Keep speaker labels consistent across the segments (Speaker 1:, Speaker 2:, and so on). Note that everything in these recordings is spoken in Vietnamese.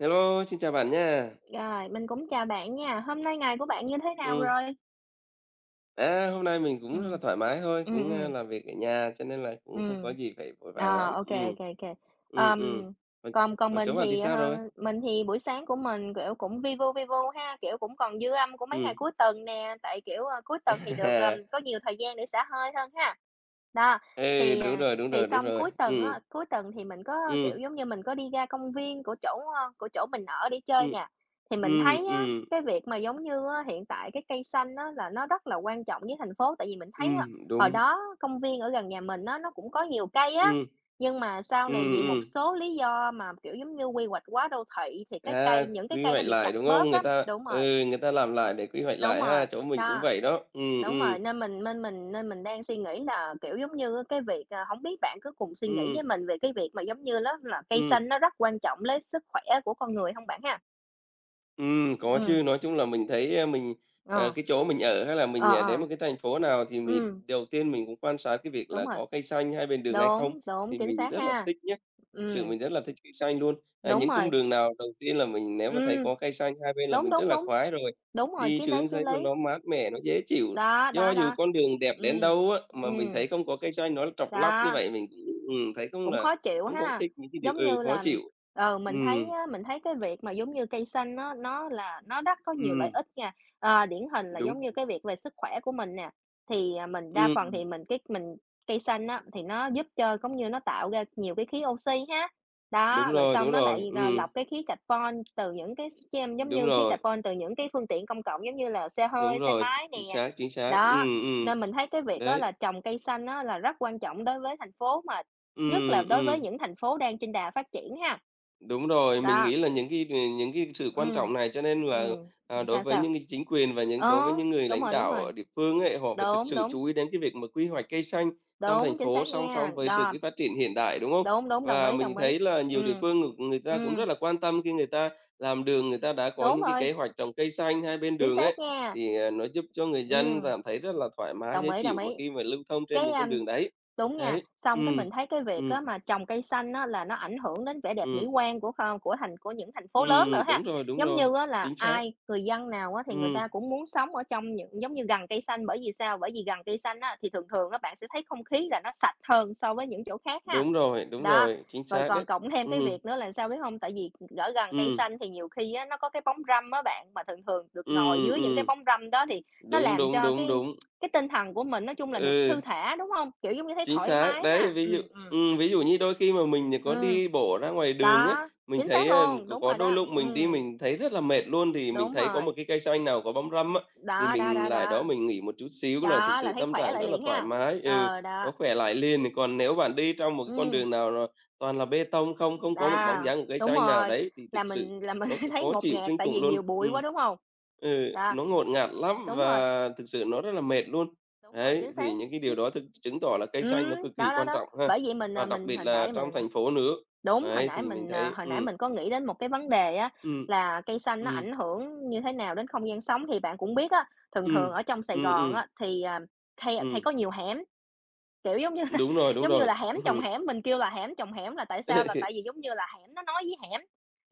Speaker 1: Hello, xin chào bạn nha.
Speaker 2: Rồi, mình cũng chào bạn nha. Hôm nay ngày của bạn như thế nào
Speaker 1: Ừm,
Speaker 2: rồi?
Speaker 1: Hôm nay mình
Speaker 2: Ừ,
Speaker 1: cũng rất là thoải mái thôi,
Speaker 2: ừ,
Speaker 1: cũng,
Speaker 2: ừ.
Speaker 1: làm việc ở nhà cho nên là cũng không có
Speaker 2: Ừm.
Speaker 1: gì phải vội vàng
Speaker 2: Ờ,
Speaker 1: lắm.
Speaker 2: ô kê, ô kê, ô kê.
Speaker 1: Ừm,
Speaker 2: Ờm,
Speaker 1: ừm. Còn
Speaker 2: còn còn
Speaker 1: còn chỗ
Speaker 2: mình
Speaker 1: bạn thì
Speaker 2: thì,
Speaker 1: sao rồi?
Speaker 2: mình thì buổi sáng của mình, kiểu, cũng vi vu ha, kiểu, cũng còn dư âm của mấy ngày
Speaker 1: Ừm.
Speaker 2: cuối tuần nè, tại, kiểu, cuối tuần thì được, có nhiều thời gian để xả hơi hơn ha. Đó,
Speaker 1: Ừ,
Speaker 2: thì,
Speaker 1: đúng
Speaker 2: à,
Speaker 1: rồi, đúng
Speaker 2: thì
Speaker 1: rồi, đúng
Speaker 2: xong
Speaker 1: rồi.
Speaker 2: cuối tuần á, cuối tuần thì mình có, kiểu,
Speaker 1: Ừm,
Speaker 2: giống như, mình có đi ra công viên của chỗ, ơ, của chỗ mình ở để chơi
Speaker 1: ừm,
Speaker 2: nè. Thì mình
Speaker 1: ừm,
Speaker 2: thấy á,
Speaker 1: ừm,
Speaker 2: cái việc mà, giống như á, hiện tại cái cây xanh á là nó rất là quan trọng với thành phố, tại vì mình thấy hồi
Speaker 1: đúng.
Speaker 2: đó công viên ở gần nhà mình á, nó cũng có nhiều cây á,
Speaker 1: Ừm,
Speaker 2: nhưng mà sau này
Speaker 1: ừm,
Speaker 2: vì một
Speaker 1: ừm.
Speaker 2: số lý do mà, kiểu, giống như, quy hoạch quá đô thị thì cái
Speaker 1: À,
Speaker 2: cây những cái
Speaker 1: quy
Speaker 2: cây nó
Speaker 1: hoạch
Speaker 2: bị
Speaker 1: lại,
Speaker 2: chặt
Speaker 1: đúng không?
Speaker 2: bớt
Speaker 1: Người
Speaker 2: á.
Speaker 1: ta ừ, người ta làm lại để quy hoạch
Speaker 2: Đúng
Speaker 1: lại ha,
Speaker 2: rồi,
Speaker 1: chỗ mình cũng
Speaker 2: đó,
Speaker 1: vậy đó.
Speaker 2: đúng rồi, nên mình đang suy nghĩ là, kiểu, giống như, cái việc, à hổng biết bạn cứ cùng suy nghĩ
Speaker 1: Ừm,
Speaker 2: với mình về cái việc mà, giống như, đó là cây
Speaker 1: ừm.
Speaker 2: xanh nó rất quan trọng lấy sức khỏe của con người không bạn ha?
Speaker 1: Có
Speaker 2: Ừm,
Speaker 1: chứ, nói chung là mình thấy,
Speaker 2: ờ,
Speaker 1: cái chỗ mình ở hay là mình,
Speaker 2: ờ,
Speaker 1: đến
Speaker 2: ờ,
Speaker 1: một cái thành phố nào thì
Speaker 2: ừm,
Speaker 1: mình đầu tiên mình cũng quan sát cái việc
Speaker 2: đúng
Speaker 1: là
Speaker 2: rồi,
Speaker 1: có cây xanh hai bên đường hay không,
Speaker 2: đúng, đúng,
Speaker 1: thì
Speaker 2: chính
Speaker 1: mình
Speaker 2: xác
Speaker 1: rất là
Speaker 2: ha.
Speaker 1: thích nhá. Thực sự
Speaker 2: Ừm,
Speaker 1: mình rất là thích cây xanh luôn. À,
Speaker 2: đúng
Speaker 1: những cung
Speaker 2: rồi,
Speaker 1: đường nào đầu tiên là mình nếu mà thấy
Speaker 2: ừm,
Speaker 1: có cây xanh hai bên là
Speaker 2: đúng,
Speaker 1: mình rất
Speaker 2: đúng,
Speaker 1: là
Speaker 2: đúng.
Speaker 1: khoái rồi,
Speaker 2: Đúng rồi,
Speaker 1: đi
Speaker 2: chí lý,
Speaker 1: xuống
Speaker 2: chí
Speaker 1: thấy nó
Speaker 2: lý.
Speaker 1: nó mát mẻ, nó dễ chịu.
Speaker 2: Đó,
Speaker 1: Do
Speaker 2: đó,
Speaker 1: dù
Speaker 2: đó.
Speaker 1: con đường đẹp đến
Speaker 2: Ừ,
Speaker 1: đâu á,
Speaker 2: ừ,
Speaker 1: mà mình thấy không có cây xanh, nó trọc lóc như
Speaker 2: đó,
Speaker 1: vậy mình cũng, thấy không
Speaker 2: cũng
Speaker 1: là
Speaker 2: khó chịu
Speaker 1: không có
Speaker 2: ha.
Speaker 1: thích những cái điều
Speaker 2: Giống như
Speaker 1: khó
Speaker 2: là,
Speaker 1: chịu.
Speaker 2: mình thấy
Speaker 1: Ừm,
Speaker 2: á, mình thấy cái việc mà giống như cây xanh nó rất có nhiều lợi
Speaker 1: ừm,
Speaker 2: ích nha. Ờ, điển hình là
Speaker 1: đúng
Speaker 2: giống như
Speaker 1: rồi.
Speaker 2: cái việc về sức khỏe của mình nè, thì, à, mình đa phần thì mình cái mình cây xanh á, thì nó giúp cho giống như nó tạo ra nhiều cái khí oxy ha.
Speaker 1: Đúng
Speaker 2: Đó, rồi
Speaker 1: rồi, đúng
Speaker 2: xong nó
Speaker 1: rồi,
Speaker 2: lại, à, lọc cái khí carbon từ những cái s giống
Speaker 1: đúng
Speaker 2: như khí
Speaker 1: rồi,
Speaker 2: carbon từ những cái phương tiện công cộng giống như là xe
Speaker 1: đúng
Speaker 2: hơi, xe
Speaker 1: rồi, ch
Speaker 2: máy
Speaker 1: chính
Speaker 2: nè.
Speaker 1: xác, chính xác,
Speaker 2: Đó,
Speaker 1: ừ, ừ.
Speaker 2: nên mình thấy cái việc đó
Speaker 1: Đấy,
Speaker 2: là trồng cây xanh á là rất quan trọng đối với thành phố mà
Speaker 1: ừ,
Speaker 2: nhất là đối
Speaker 1: ừ.
Speaker 2: với những thành phố đang trên đà phát triển ha.
Speaker 1: Đúng rồi, mình
Speaker 2: Đó,
Speaker 1: nghĩ là những cái sự quan
Speaker 2: ừm,
Speaker 1: trọng này cho nên là,
Speaker 2: ừm,
Speaker 1: đối
Speaker 2: sao,
Speaker 1: với
Speaker 2: sao?
Speaker 1: những cái chính quyền và những
Speaker 2: Ờ,
Speaker 1: đối với những người
Speaker 2: đúng
Speaker 1: lãnh
Speaker 2: rồi, đúng
Speaker 1: đạo
Speaker 2: rồi,
Speaker 1: ở địa phương ấy, họ phải thực
Speaker 2: đúng,
Speaker 1: sự
Speaker 2: đúng,
Speaker 1: chú ý đến cái việc mà quy hoạch cây xanh trong thành
Speaker 2: đúng, chính
Speaker 1: phố
Speaker 2: xác
Speaker 1: song
Speaker 2: nha.
Speaker 1: song với sự
Speaker 2: Đó,
Speaker 1: cái phát triển hiện đại, đúng không?
Speaker 2: đúng, đúng, đồng
Speaker 1: Và
Speaker 2: ý,
Speaker 1: mình
Speaker 2: đồng
Speaker 1: thấy
Speaker 2: ý.
Speaker 1: là nhiều địa
Speaker 2: Ừm,
Speaker 1: phương người ta cũng
Speaker 2: ừm,
Speaker 1: rất là quan tâm khi người ta làm đường, người ta đã có
Speaker 2: đúng
Speaker 1: những cái
Speaker 2: rồi,
Speaker 1: kế hoạch trồng cây xanh hai bên
Speaker 2: chính
Speaker 1: đường
Speaker 2: xác
Speaker 1: ấy,
Speaker 2: nha.
Speaker 1: thì, nó giúp cho người
Speaker 2: Ừm,
Speaker 1: dân cảm thấy rất là thoải mái,
Speaker 2: đồng
Speaker 1: dễ
Speaker 2: ý, đồng
Speaker 1: chịu mà
Speaker 2: ý.
Speaker 1: khi mà lưu thông trên
Speaker 2: Cái,
Speaker 1: những
Speaker 2: a,
Speaker 1: con đường đấy.
Speaker 2: đúng nha,
Speaker 1: Đấy,
Speaker 2: xong cái
Speaker 1: ừm,
Speaker 2: mình thấy cái việc
Speaker 1: ừm,
Speaker 2: á mà trồng cây xanh á là nó ảnh hưởng đến vẻ đẹp
Speaker 1: ừm.
Speaker 2: mỹ quan của những thành
Speaker 1: Ừ,
Speaker 2: phố lớn nữa ha.
Speaker 1: đúng
Speaker 2: Giống
Speaker 1: rồi,
Speaker 2: như á là
Speaker 1: chính xác.
Speaker 2: ai, người dân nào á thì người
Speaker 1: Ừ,
Speaker 2: ta cũng muốn sống ở trong những giống như gần cây xanh, bởi vì sao? Bởi vì gần cây xanh á thì thường thường á bạn sẽ thấy không khí là nó sạch hơn so với những chỗ khác ha.
Speaker 1: đúng
Speaker 2: Đó,
Speaker 1: rồi, chính
Speaker 2: rồi
Speaker 1: xác đấy.
Speaker 2: còn cộng thêm cái
Speaker 1: Ừ,
Speaker 2: việc nữa là sao biết hông? Tại vì ở gần cây
Speaker 1: ừ,
Speaker 2: xanh thì nhiều khi á, nó có cái bóng râm á bạn, mà thường thường được ngồi
Speaker 1: ừ,
Speaker 2: dưới những cái
Speaker 1: ừ,
Speaker 2: bóng râm đó thì nó
Speaker 1: đúng,
Speaker 2: làm
Speaker 1: đúng,
Speaker 2: cho
Speaker 1: đúng,
Speaker 2: cái
Speaker 1: đúng.
Speaker 2: cái tinh thần của mình nói chung là được
Speaker 1: Ừ.
Speaker 2: thư thả, đúng hông? Kiểu, giống như thấy
Speaker 1: Chính
Speaker 2: thoải
Speaker 1: xác,
Speaker 2: mái
Speaker 1: đấy,
Speaker 2: ha.
Speaker 1: ví dụ. Ví dụ như đôi khi mà mình có
Speaker 2: Ừm,
Speaker 1: đi bộ ra ngoài đường á,
Speaker 2: đó,
Speaker 1: mình
Speaker 2: chính
Speaker 1: thấy,
Speaker 2: xác luôn,
Speaker 1: có có đôi lúc mình đi mình thấy rất là mệt luôn, thì mình
Speaker 2: đúng
Speaker 1: thấy có một
Speaker 2: rồi,
Speaker 1: cái cây xanh nào có bóng râm á, thì
Speaker 2: đó, đó,
Speaker 1: mình
Speaker 2: đó,
Speaker 1: lại đó
Speaker 2: đó,
Speaker 1: mình nghỉ một chút xíu là thực
Speaker 2: đó
Speaker 1: sự
Speaker 2: là thấy
Speaker 1: tâm
Speaker 2: khỏe
Speaker 1: trạng
Speaker 2: lại
Speaker 1: rất là
Speaker 2: liền
Speaker 1: thoải
Speaker 2: ha.
Speaker 1: mái, ừ,
Speaker 2: Ờ,
Speaker 1: nó
Speaker 2: đó,
Speaker 1: khỏe lại liền. Còn nếu bạn đi trong một cái con
Speaker 2: ừm,
Speaker 1: đường nào là toàn là bê tông không, không có một bóng
Speaker 2: à,
Speaker 1: dáng của cây
Speaker 2: đúng
Speaker 1: xanh nào
Speaker 2: rồi,
Speaker 1: đấy thì thực
Speaker 2: là
Speaker 1: sự
Speaker 2: mình
Speaker 1: nó
Speaker 2: thấy
Speaker 1: khó
Speaker 2: ngột
Speaker 1: chịu
Speaker 2: ngạt
Speaker 1: kinh
Speaker 2: tại
Speaker 1: khủng
Speaker 2: vì
Speaker 1: luôn.
Speaker 2: nhiều bụi
Speaker 1: Ừm.
Speaker 2: quá, đúng hông?
Speaker 1: Ừ,
Speaker 2: Đó,
Speaker 1: nó ngột ngạt lắm
Speaker 2: đúng rồi.
Speaker 1: và thực sự nó rất là mệt luôn.
Speaker 2: Đúng rồi,
Speaker 1: Đấy,
Speaker 2: chính
Speaker 1: thì
Speaker 2: xác.
Speaker 1: những cái điều
Speaker 2: Chính
Speaker 1: đó thực chứng tỏ là cây xanh nó cực kỳ
Speaker 2: đó, đó,
Speaker 1: quan
Speaker 2: đó.
Speaker 1: trọng ha.
Speaker 2: Bởi vậy mình,
Speaker 1: Và
Speaker 2: à,
Speaker 1: đặc
Speaker 2: mình
Speaker 1: biệt
Speaker 2: hồi
Speaker 1: là
Speaker 2: nãy
Speaker 1: trong
Speaker 2: mình
Speaker 1: thành phố nữa.
Speaker 2: đúng,
Speaker 1: Đấy, thì mình thấy
Speaker 2: hồi nãy mình có nghĩ đến một cái vấn đề á,
Speaker 1: ừm,
Speaker 2: là cây xanh nó
Speaker 1: ừm,
Speaker 2: ảnh hưởng như thế nào đến không gian sống. Thì bạn cũng biết á, thường
Speaker 1: ừm,
Speaker 2: thường ở trong Sài
Speaker 1: ừm,
Speaker 2: Gòn
Speaker 1: ừm,
Speaker 2: á, thì, à, hay hay
Speaker 1: ừm,
Speaker 2: có nhiều hẻm, kiểu, giống như là
Speaker 1: đúng rồi, đúng
Speaker 2: giống như
Speaker 1: rồi.
Speaker 2: là hẻm chồng
Speaker 1: Ừm.
Speaker 2: hẻm, mình kêu là hẻm chồng hẻm là tại sao? Là tại vì giống như là hẻm nó nói với hẻm,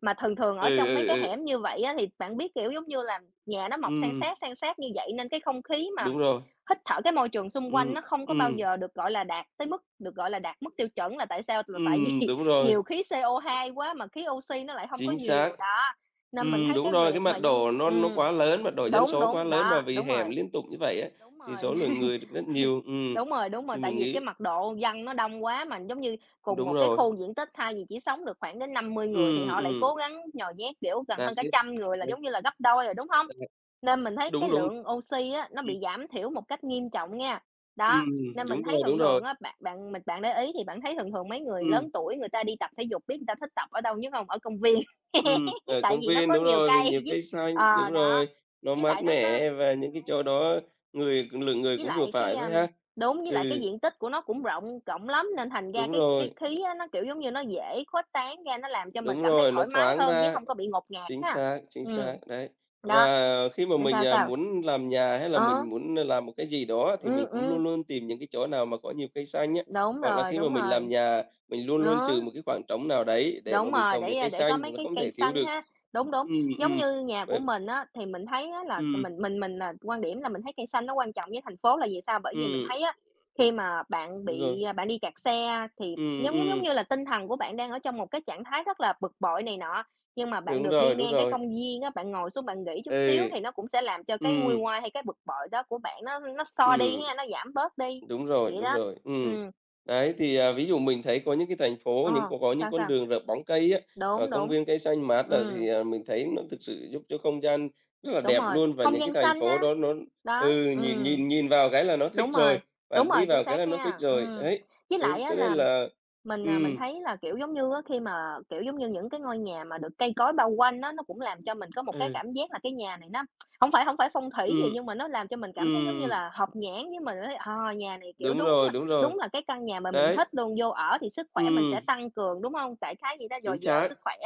Speaker 2: mà thường thường
Speaker 1: Ừ,
Speaker 2: ở trong mấy
Speaker 1: ừ,
Speaker 2: cái
Speaker 1: ừ,
Speaker 2: hẻm như vậy á, thì bạn biết, kiểu, giống như là nhà nó mọc
Speaker 1: ừm,
Speaker 2: san sát như vậy nên cái không khí mà
Speaker 1: đúng rồi.
Speaker 2: hít thở cái môi trường xung quanh
Speaker 1: Ừm,
Speaker 2: nó không có bao
Speaker 1: ừm,
Speaker 2: giờ được, gọi là, đạt tới mức được gọi là đạt mức tiêu chuẩn là tại sao? Là tại vì
Speaker 1: đúng rồi,
Speaker 2: nhiều khí CO2 quá mà khí oxy nó lại không có
Speaker 1: chính xác.
Speaker 2: nhiều, đó, nên mình thấy
Speaker 1: Đúng
Speaker 2: cái
Speaker 1: rồi, cái
Speaker 2: việc mà
Speaker 1: mặt
Speaker 2: giống
Speaker 1: đổ nó quá lớn, mặt đổ dân
Speaker 2: đúng,
Speaker 1: số quá
Speaker 2: đúng,
Speaker 1: lớn mà
Speaker 2: đó,
Speaker 1: vì
Speaker 2: đúng rồi.
Speaker 1: hẻm liên tục như vậy á,
Speaker 2: Đúng
Speaker 1: thì
Speaker 2: rồi.
Speaker 1: số lượng người được rất nhiều.
Speaker 2: Đúng rồi,
Speaker 1: Thì
Speaker 2: tại
Speaker 1: mình
Speaker 2: vì cái
Speaker 1: nghĩ
Speaker 2: mật độ dân nó đông quá mà, giống như, cùng
Speaker 1: đúng
Speaker 2: một cái
Speaker 1: rồi.
Speaker 2: khu diện tích thay vì chỉ sống được khoảng đến 50 người thì
Speaker 1: Ừm,
Speaker 2: họ lại
Speaker 1: ừm.
Speaker 2: cố gắng nhồi nhét, kiểu, gần
Speaker 1: Đấy,
Speaker 2: hơn cả 100 người là
Speaker 1: đấy,
Speaker 2: giống như là gấp đôi rồi, đúng
Speaker 1: chính
Speaker 2: không?
Speaker 1: xác.
Speaker 2: Nên mình thấy cái
Speaker 1: Đúng, đúng,
Speaker 2: lượng oxy á, nó
Speaker 1: ừm,
Speaker 2: bị giảm thiểu một cách nghiêm trọng nha. Đó,
Speaker 1: ừm,
Speaker 2: nên
Speaker 1: đúng
Speaker 2: mình thấy
Speaker 1: rồi, đúng
Speaker 2: thường
Speaker 1: rồi.
Speaker 2: thường á, bạn bạn mình bạn để ý thì bạn thấy thường thường mấy người
Speaker 1: Ừm,
Speaker 2: lớn tuổi người ta đi tập thể dục biết người ta thích tập ở đâu nhất không? Ở công viên,
Speaker 1: ở
Speaker 2: tại
Speaker 1: công
Speaker 2: vì nó
Speaker 1: viên,
Speaker 2: có
Speaker 1: đúng
Speaker 2: nhiều
Speaker 1: rồi, vì
Speaker 2: cây
Speaker 1: nhiều
Speaker 2: với
Speaker 1: cây xanh,
Speaker 2: ờ,
Speaker 1: đúng
Speaker 2: đó,
Speaker 1: rồi, nó
Speaker 2: với
Speaker 1: mát
Speaker 2: lại nó có
Speaker 1: mẻ và những cái chỗ
Speaker 2: đúng.
Speaker 1: đó người
Speaker 2: Yeah.
Speaker 1: lượng người
Speaker 2: Với
Speaker 1: cũng vừa
Speaker 2: lại cái,
Speaker 1: phải
Speaker 2: a,
Speaker 1: thôi ha.
Speaker 2: đúng, với lại cái
Speaker 1: Ừ,
Speaker 2: diện tích của nó cũng rộng rộng lắm nên thành ra
Speaker 1: đúng
Speaker 2: cái
Speaker 1: rồi,
Speaker 2: khí á, nó, kiểu, giống như, nó dễ khuếch tán ra, nó làm cho mình
Speaker 1: đúng
Speaker 2: cảm thấy
Speaker 1: rồi, nó
Speaker 2: thoải mái
Speaker 1: thoáng
Speaker 2: hơn chứ
Speaker 1: ra.
Speaker 2: không có bị ngột ngạt ha.
Speaker 1: Chính xác,
Speaker 2: Ừm,
Speaker 1: đấy.
Speaker 2: đó,
Speaker 1: Và khi mà mình,
Speaker 2: sao, sao?
Speaker 1: muốn làm nhà hay là
Speaker 2: Ờ,
Speaker 1: mình muốn làm một cái gì đó thì
Speaker 2: ừm,
Speaker 1: mình cũng
Speaker 2: ừm,
Speaker 1: luôn luôn tìm những cái chỗ nào mà có nhiều cây xanh nhé. Hoặc là khi mà
Speaker 2: đúng
Speaker 1: mình làm
Speaker 2: rồi,
Speaker 1: nhà, mình luôn luôn
Speaker 2: đó.
Speaker 1: trừ một cái khoảng trống nào đấy để mà
Speaker 2: Đúng
Speaker 1: mình
Speaker 2: rồi,
Speaker 1: trồng
Speaker 2: để,
Speaker 1: những
Speaker 2: à,
Speaker 1: cây
Speaker 2: để
Speaker 1: xanh
Speaker 2: có
Speaker 1: thì
Speaker 2: mấy
Speaker 1: nó
Speaker 2: cái
Speaker 1: không thể
Speaker 2: cây
Speaker 1: thiếu
Speaker 2: xanh
Speaker 1: được.
Speaker 2: ha. Đúng, đúng,
Speaker 1: Ừm,
Speaker 2: giống
Speaker 1: ừm,
Speaker 2: như nhà của
Speaker 1: vậy
Speaker 2: mình á, thì mình thấy á là
Speaker 1: ừm,
Speaker 2: mình là quan điểm là mình thấy cây xanh nó quan trọng với thành phố là vì sao? Bởi vì mình
Speaker 1: ừm,
Speaker 2: thấy á, khi mà bạn
Speaker 1: đúng rồi.
Speaker 2: bị, à, bạn đi kẹt xe thì
Speaker 1: Ừm,
Speaker 2: giống giống giống
Speaker 1: ừm,
Speaker 2: như là tinh thần của bạn đang ở trong một cái trạng thái rất là bực bội này nọ, nhưng mà bạn
Speaker 1: đúng
Speaker 2: được đi
Speaker 1: rồi, đúng
Speaker 2: ngang cái
Speaker 1: rồi.
Speaker 2: công viên á, bạn ngồi xuống bạn nghỉ chút
Speaker 1: Ừ,
Speaker 2: xíu thì nó cũng sẽ làm cho cái nguôi
Speaker 1: ừm,
Speaker 2: ngoai hay cái bực bội đó của bạn nó xo đi
Speaker 1: ừm.
Speaker 2: ha, nó giảm bớt đi,
Speaker 1: Đúng rồi,
Speaker 2: vậy
Speaker 1: đúng
Speaker 2: đó.
Speaker 1: rồi.
Speaker 2: Ừm,
Speaker 1: Đấy, thì, ví dụ mình thấy có những cái thành phố, những
Speaker 2: ờ,
Speaker 1: có những
Speaker 2: sao,
Speaker 1: con
Speaker 2: sao?
Speaker 1: đường rợp bóng cây á, ờ,
Speaker 2: Đúng,
Speaker 1: công
Speaker 2: đúng.
Speaker 1: viên cây xanh mát là thì,
Speaker 2: Ừm.
Speaker 1: mình thấy nó thực sự giúp cho không gian rất là
Speaker 2: Đúng
Speaker 1: đẹp
Speaker 2: rồi,
Speaker 1: luôn và
Speaker 2: không
Speaker 1: những cái
Speaker 2: gian
Speaker 1: thành
Speaker 2: xanh
Speaker 1: phố
Speaker 2: á,
Speaker 1: đó nó
Speaker 2: đó,
Speaker 1: ừ, nhìn nhìn nhìn vào cái là nó thích
Speaker 2: đúng
Speaker 1: rồi,
Speaker 2: rồi, đúng
Speaker 1: bạn đi
Speaker 2: rồi, chính
Speaker 1: vào cái
Speaker 2: xác
Speaker 1: là nó thích
Speaker 2: nha,
Speaker 1: rồi.
Speaker 2: ừm.
Speaker 1: Đấy,
Speaker 2: Với
Speaker 1: đấy,
Speaker 2: lại á
Speaker 1: cho nên
Speaker 2: là
Speaker 1: là
Speaker 2: mình, à, mình
Speaker 1: ừm,
Speaker 2: thấy là, kiểu, giống như á, khi mà, kiểu, giống như những cái ngôi nhà mà được cây cối bao quanh á, nó cũng làm cho mình có một cái
Speaker 1: ừ,
Speaker 2: cảm giác là cái nhà này nó không phải phong thủy gì
Speaker 1: ừm,
Speaker 2: nhưng mà nó làm cho mình cảm thấy giống như
Speaker 1: ừm,
Speaker 2: là hợp nhãn với mình ấy, ờ, nhà này, kiểu,
Speaker 1: đúng rồi,
Speaker 2: đúng là cái căn nhà mà mình
Speaker 1: đấy,
Speaker 2: thích luôn, vô ở thì sức khỏe mình
Speaker 1: ừm,
Speaker 2: sẽ tăng cường, đúng không? Đại khái gì đó, dồi
Speaker 1: chính
Speaker 2: dào
Speaker 1: xác.
Speaker 2: sức khỏe.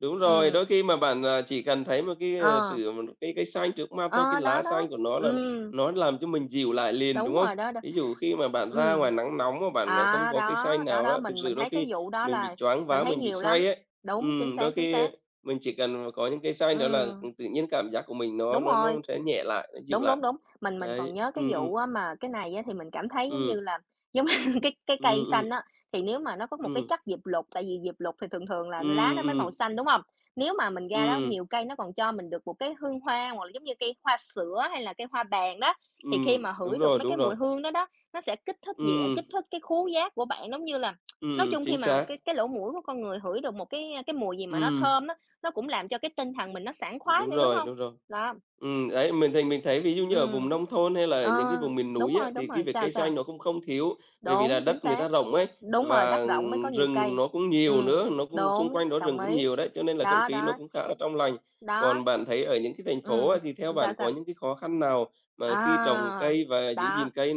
Speaker 1: Đúng rồi,
Speaker 2: Ừ,
Speaker 1: đôi khi mà bạn, chỉ cần thấy một cái, ờ,
Speaker 2: ờ,
Speaker 1: sự một cái cây xanh trước mắt thôi, cái
Speaker 2: ờ, đó,
Speaker 1: lá xanh
Speaker 2: đó,
Speaker 1: của nó
Speaker 2: ừ,
Speaker 1: là nó làm cho mình dịu lại liền, đúng
Speaker 2: đúng
Speaker 1: không?
Speaker 2: rồi đó, đó.
Speaker 1: Ví dụ khi mà bạn ra ngoài
Speaker 2: Ừm,
Speaker 1: nắng nóng mà bạn, không
Speaker 2: à,
Speaker 1: có cây xanh
Speaker 2: đó, đó,
Speaker 1: nào
Speaker 2: đó,
Speaker 1: đó thực sự
Speaker 2: mình
Speaker 1: đôi
Speaker 2: thấy
Speaker 1: khi
Speaker 2: cái vụ đó
Speaker 1: mình bị
Speaker 2: là
Speaker 1: choáng
Speaker 2: mình
Speaker 1: váng,
Speaker 2: thấy
Speaker 1: mình bị
Speaker 2: nhiều
Speaker 1: say
Speaker 2: lắm.
Speaker 1: ấy.
Speaker 2: Đúng, chính xác,
Speaker 1: Đôi
Speaker 2: chính
Speaker 1: khi,
Speaker 2: xác.
Speaker 1: mình chỉ cần có những cây xanh đó là,
Speaker 2: Ừ,
Speaker 1: ừ, tự nhiên cảm giác của mình nó
Speaker 2: đúng
Speaker 1: nó
Speaker 2: rồi.
Speaker 1: nó sẽ nhẹ lại, nó dịu
Speaker 2: Đúng, đúng,
Speaker 1: lại.
Speaker 2: đúng. Mình còn
Speaker 1: Đấy,
Speaker 2: nhớ cái vụ á mà cái này á thì mình cảm thấy giống như
Speaker 1: ừm,
Speaker 2: là giống cái
Speaker 1: ừm,
Speaker 2: cây
Speaker 1: ừm,
Speaker 2: xanh
Speaker 1: ừm,
Speaker 2: á, thì nếu mà nó có một cái chất diệp lục, tại vì diệp lục thì thường thường là lá
Speaker 1: ừm,
Speaker 2: nó mới màu
Speaker 1: ừm,
Speaker 2: xanh, đúng không? Nếu mà mình ra đó
Speaker 1: ừm,
Speaker 2: nhiều cây nó còn cho mình được một cái hương hoa hoặc là giống như cây hoa sữa hay là cây hoa bàng đó, thì khi mà
Speaker 1: đúng
Speaker 2: hửi được
Speaker 1: rồi,
Speaker 2: mấy
Speaker 1: đúng
Speaker 2: cái
Speaker 1: rồi.
Speaker 2: mùi hương đó đó, nó sẽ
Speaker 1: Ừm,
Speaker 2: kích thích cái khứu giác của bạn. Giống như là nói chung khi
Speaker 1: chính
Speaker 2: mà
Speaker 1: xác.
Speaker 2: cái lỗ mũi của con người hửi được một cái mùi gì mà nó
Speaker 1: Ừm.
Speaker 2: thơm á, nó cũng làm cho cái tinh thần mình nó sảng khoái
Speaker 1: Đúng
Speaker 2: nữa, đúng
Speaker 1: rồi,
Speaker 2: không?
Speaker 1: đúng rồi.
Speaker 2: Đó,
Speaker 1: Đấy, mình thì mình thấy ví dụ như ở vùng
Speaker 2: ừm.
Speaker 1: nông thôn hay là ở
Speaker 2: Ờ,
Speaker 1: những cái vùng miền núi á, thì
Speaker 2: đúng
Speaker 1: cái
Speaker 2: rồi,
Speaker 1: việc
Speaker 2: sao,
Speaker 1: cây
Speaker 2: sao?
Speaker 1: xanh nó cũng không thiếu, bởi vì là
Speaker 2: Đúng, chính
Speaker 1: đất người ta
Speaker 2: xác.
Speaker 1: rộng ấy,
Speaker 2: Đúng rồi,
Speaker 1: và
Speaker 2: đất rộng mới có nhiều
Speaker 1: rừng
Speaker 2: cây.
Speaker 1: nó cũng nhiều
Speaker 2: Ừm,
Speaker 1: nữa, nó cũng xung
Speaker 2: đúng,
Speaker 1: quanh đó rừng
Speaker 2: đồng
Speaker 1: cũng
Speaker 2: ý.
Speaker 1: nhiều đấy, cho nên là không
Speaker 2: Đó,
Speaker 1: khí nó
Speaker 2: đó,
Speaker 1: cũng khá là trong lành.
Speaker 2: đó,
Speaker 1: Còn bạn thấy ở những cái thành phố
Speaker 2: ừm,
Speaker 1: á, thì theo bạn
Speaker 2: sao,
Speaker 1: có
Speaker 2: sao?
Speaker 1: những cái khó khăn nào mà khi trồng
Speaker 2: À,
Speaker 1: cây và giữ
Speaker 2: đó.
Speaker 1: gìn cây,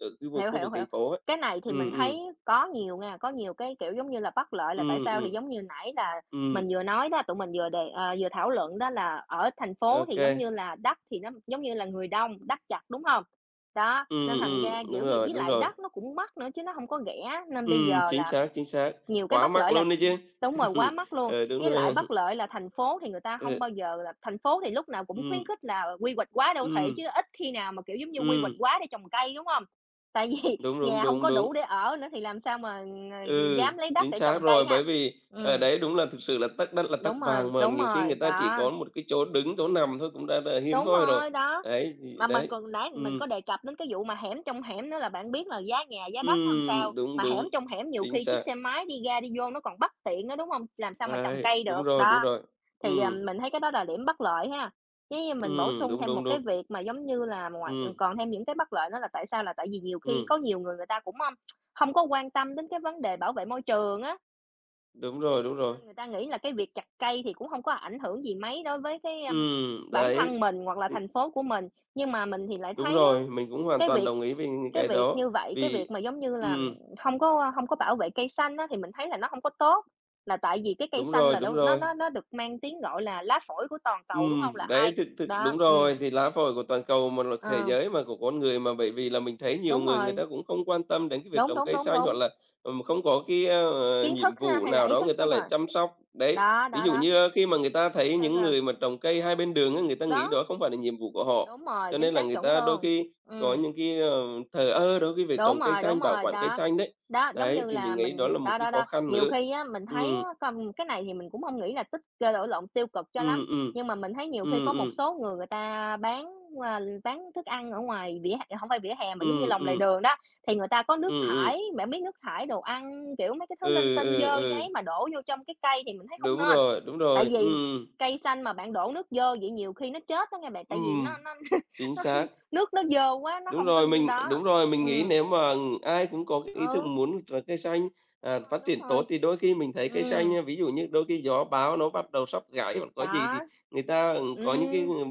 Speaker 1: ở cái vùng
Speaker 2: Hiểu,
Speaker 1: khu vực
Speaker 2: hiểu,
Speaker 1: thành
Speaker 2: hiểu.
Speaker 1: phố ấy?
Speaker 2: Cái này thì
Speaker 1: Ừ,
Speaker 2: mình
Speaker 1: ừ,
Speaker 2: thấy có nhiều nha, có nhiều cái, kiểu, giống như là, bất lợi là tại
Speaker 1: ừ.
Speaker 2: sao thì
Speaker 1: Ừm,
Speaker 2: giống như nãy là
Speaker 1: ừ,
Speaker 2: mình vừa nói đó, tụi mình vừa đề vừa thảo luận đó là ở thành
Speaker 1: ô
Speaker 2: phố thì,
Speaker 1: kê.
Speaker 2: giống như là, đất thì nó giống như là người đông, đất chặt đúng không? Đó, nên thành
Speaker 1: Ừm,
Speaker 2: ra,
Speaker 1: đúng
Speaker 2: kiểu gì
Speaker 1: rồi,
Speaker 2: với
Speaker 1: đúng
Speaker 2: lại
Speaker 1: rồi.
Speaker 2: đất nó cũng mắc nữa chứ nó không có rẻ, nên bây giờ là
Speaker 1: Chính xác,
Speaker 2: nhiều cái
Speaker 1: quá
Speaker 2: bất
Speaker 1: mắc
Speaker 2: lợi là
Speaker 1: luôn đấy chứ.
Speaker 2: đúng rồi, quá mắc luôn.
Speaker 1: Ờ, đúng
Speaker 2: Với lại
Speaker 1: rồi.
Speaker 2: bất lợi là thành phố thì người ta
Speaker 1: Ờ,
Speaker 2: không bao giờ là thành phố thì lúc nào cũng
Speaker 1: ừm,
Speaker 2: khuyến khích là quy hoạch quá đô thị
Speaker 1: ừm,
Speaker 2: chứ ít khi nào mà, kiểu, giống như, quy hoạch
Speaker 1: ừm,
Speaker 2: quá để trồng cây, đúng không? Tại vì
Speaker 1: đúng, đúng,
Speaker 2: nhà không
Speaker 1: đúng,
Speaker 2: có đủ
Speaker 1: đúng.
Speaker 2: để ở nữa thì làm sao mà,
Speaker 1: Ừ,
Speaker 2: dám lấy đất
Speaker 1: chính
Speaker 2: để
Speaker 1: xác
Speaker 2: trồng cây
Speaker 1: rồi,
Speaker 2: ha.
Speaker 1: bởi vì ở
Speaker 2: Ừm,
Speaker 1: đấy đúng là thực sự là tắc đất là tắc vàng mà,
Speaker 2: đúng
Speaker 1: nhiều khi người
Speaker 2: rồi,
Speaker 1: ta chỉ
Speaker 2: đó,
Speaker 1: có một cái chỗ đứng, chỗ nằm thôi cũng đã là hiếm
Speaker 2: đúng
Speaker 1: hoi rồi.
Speaker 2: rồi, đó.
Speaker 1: Đấy, thì
Speaker 2: Mà mình
Speaker 1: đấy,
Speaker 2: còn nãy mình
Speaker 1: ừm,
Speaker 2: có đề cập đến cái vụ mà hẻm trong hẻm nữa là bạn biết là giá nhà, giá đất nó làm sao,
Speaker 1: đúng,
Speaker 2: mà hẻm
Speaker 1: đúng,
Speaker 2: trong hẻm nhiều
Speaker 1: chính
Speaker 2: khi
Speaker 1: xác.
Speaker 2: chiếc xe máy đi ra đi vô nó còn bất tiện nữa, đúng không? Làm sao mà trồng
Speaker 1: Đấy,
Speaker 2: cây
Speaker 1: đúng
Speaker 2: được,
Speaker 1: rồi, đúng
Speaker 2: đó.
Speaker 1: rồi.
Speaker 2: Thì, à,
Speaker 1: Ừm,
Speaker 2: mình thấy cái đó là điểm bất lợi ha. Nếu như mình bổ sung
Speaker 1: đúng,
Speaker 2: thêm một
Speaker 1: đúng,
Speaker 2: cái
Speaker 1: đúng.
Speaker 2: việc mà giống như là ngoài ừ,
Speaker 1: Ừm,
Speaker 2: còn thêm những cái bất lợi đó là tại sao? Là tại vì nhiều khi
Speaker 1: ừm,
Speaker 2: có nhiều người người ta cũng, không không có quan tâm đến cái vấn đề bảo vệ môi trường á,
Speaker 1: đúng rồi, đúng rồi.
Speaker 2: nên người ta nghĩ là cái việc chặt cây thì cũng không có ảnh hưởng gì mấy đối với cái, bản
Speaker 1: Đấy,
Speaker 2: thân mình hoặc là thành phố của mình. Nhưng mà mình thì lại
Speaker 1: đúng
Speaker 2: thấy á,
Speaker 1: rồi, mình cũng hoàn
Speaker 2: cái
Speaker 1: toàn
Speaker 2: việc
Speaker 1: đồng ý với những
Speaker 2: cái
Speaker 1: cái
Speaker 2: việc
Speaker 1: đó.
Speaker 2: như vậy, cái việc
Speaker 1: Vì
Speaker 2: mà giống như là
Speaker 1: ừm,
Speaker 2: không có bảo vệ cây xanh á, thì mình thấy là nó hông có tốt, là tại vì cái cây
Speaker 1: đúng
Speaker 2: xanh
Speaker 1: rồi,
Speaker 2: là
Speaker 1: đúng
Speaker 2: đâu nó
Speaker 1: rồi.
Speaker 2: nó nó được mang tiếng gọi là lá phổi của toàn cầu, đúng hông? Là
Speaker 1: Đấy,
Speaker 2: ai
Speaker 1: thực thực
Speaker 2: đó,
Speaker 1: đúng rồi, thì lá phổi của toàn cầu mà là thế
Speaker 2: ờ,
Speaker 1: giới mà, của con người mà, bởi vì là mình thấy nhiều
Speaker 2: đúng
Speaker 1: người người
Speaker 2: rồi,
Speaker 1: ta cũng không quan tâm đến cái việc
Speaker 2: đúng,
Speaker 1: trồng
Speaker 2: đúng,
Speaker 1: cây
Speaker 2: đúng,
Speaker 1: xanh, hoặc
Speaker 2: đúng,
Speaker 1: là, không có cái,
Speaker 2: kiến thức
Speaker 1: nhiệm
Speaker 2: ha,
Speaker 1: vụ
Speaker 2: hay là
Speaker 1: nào
Speaker 2: ý
Speaker 1: đó
Speaker 2: thức,
Speaker 1: người ta
Speaker 2: đúng
Speaker 1: lại
Speaker 2: rồi.
Speaker 1: chăm sóc. Đấy,
Speaker 2: Đó,
Speaker 1: ví
Speaker 2: đó,
Speaker 1: dụ
Speaker 2: đó.
Speaker 1: như, khi mà người ta thấy
Speaker 2: Sao,
Speaker 1: những
Speaker 2: sao?
Speaker 1: người mà trồng cây hai
Speaker 2: Đó,
Speaker 1: bên đường á, người ta nghĩ đó
Speaker 2: đó,
Speaker 1: không phải là nhiệm vụ của họ,
Speaker 2: đúng rồi,
Speaker 1: cho
Speaker 2: chính
Speaker 1: nên là
Speaker 2: xác,
Speaker 1: người
Speaker 2: chuẩn
Speaker 1: ta đôi
Speaker 2: luôn.
Speaker 1: khi có
Speaker 2: Ừm.
Speaker 1: những cái, thờ ơ đối với việc trồng cây xanh,
Speaker 2: Đúng
Speaker 1: bảo
Speaker 2: rồi,
Speaker 1: quản cây
Speaker 2: đó.
Speaker 1: xanh đấy.
Speaker 2: Đó, giống
Speaker 1: Đấy,
Speaker 2: như
Speaker 1: thì mình
Speaker 2: là
Speaker 1: nghĩ đó
Speaker 2: mình
Speaker 1: là một
Speaker 2: đó,
Speaker 1: cái
Speaker 2: đó,
Speaker 1: khó
Speaker 2: đó,
Speaker 1: khăn
Speaker 2: nhiều
Speaker 1: nữa.
Speaker 2: khi á mình thấy
Speaker 1: Ừm,
Speaker 2: á, con cái này thì mình cũng hông nghĩ là tích lộn lộn, tiêu cực cho lắm,
Speaker 1: ừm, ừm.
Speaker 2: nhưng mà mình thấy nhiều khi
Speaker 1: Ừm,
Speaker 2: có
Speaker 1: ừm,
Speaker 2: một số người người ta bán, bán thức ăn ở ngoài vỉa hè hổng phải vỉa hè mà giống như
Speaker 1: ừm,
Speaker 2: lòng lề
Speaker 1: ừm,
Speaker 2: đường đó, thì người ta có nước
Speaker 1: ừm, ừm.
Speaker 2: thải, bạn biết nước thải đồ ăn, kiểu, mấy cái thứ linh
Speaker 1: Ừ,
Speaker 2: tinh,
Speaker 1: ừ,
Speaker 2: dơ
Speaker 1: ừ,
Speaker 2: giấy mà đổ vô trong cái cây thì mình thấy hổng nên.
Speaker 1: đúng
Speaker 2: Tại
Speaker 1: rồi,
Speaker 2: vì
Speaker 1: ừ,
Speaker 2: cây xanh mà bạn đổ nước dơ vậy nhiều khi nó chết đó nghe bạn,
Speaker 1: ừ,
Speaker 2: tại vì nó
Speaker 1: chính
Speaker 2: nó
Speaker 1: xác.
Speaker 2: nước nó dơ quá, nó hông có đó.
Speaker 1: Đúng rồi, mình nghĩ
Speaker 2: Ừm.
Speaker 1: nếu mà ai cũng có cái ý thức
Speaker 2: Ừ,
Speaker 1: muốn là cây xanh,
Speaker 2: đúng rồi,
Speaker 1: phát
Speaker 2: đúng
Speaker 1: triển tốt
Speaker 2: rồi.
Speaker 1: thì đôi khi mình thấy cây xanh
Speaker 2: Ừm,
Speaker 1: nha, ví dụ như đôi khi gió bão nó bắt đầu sắp gãy hoặc có gì thì
Speaker 2: đó,
Speaker 1: người ta, ừ, có những cái,
Speaker 2: ừm,
Speaker 1: ừ,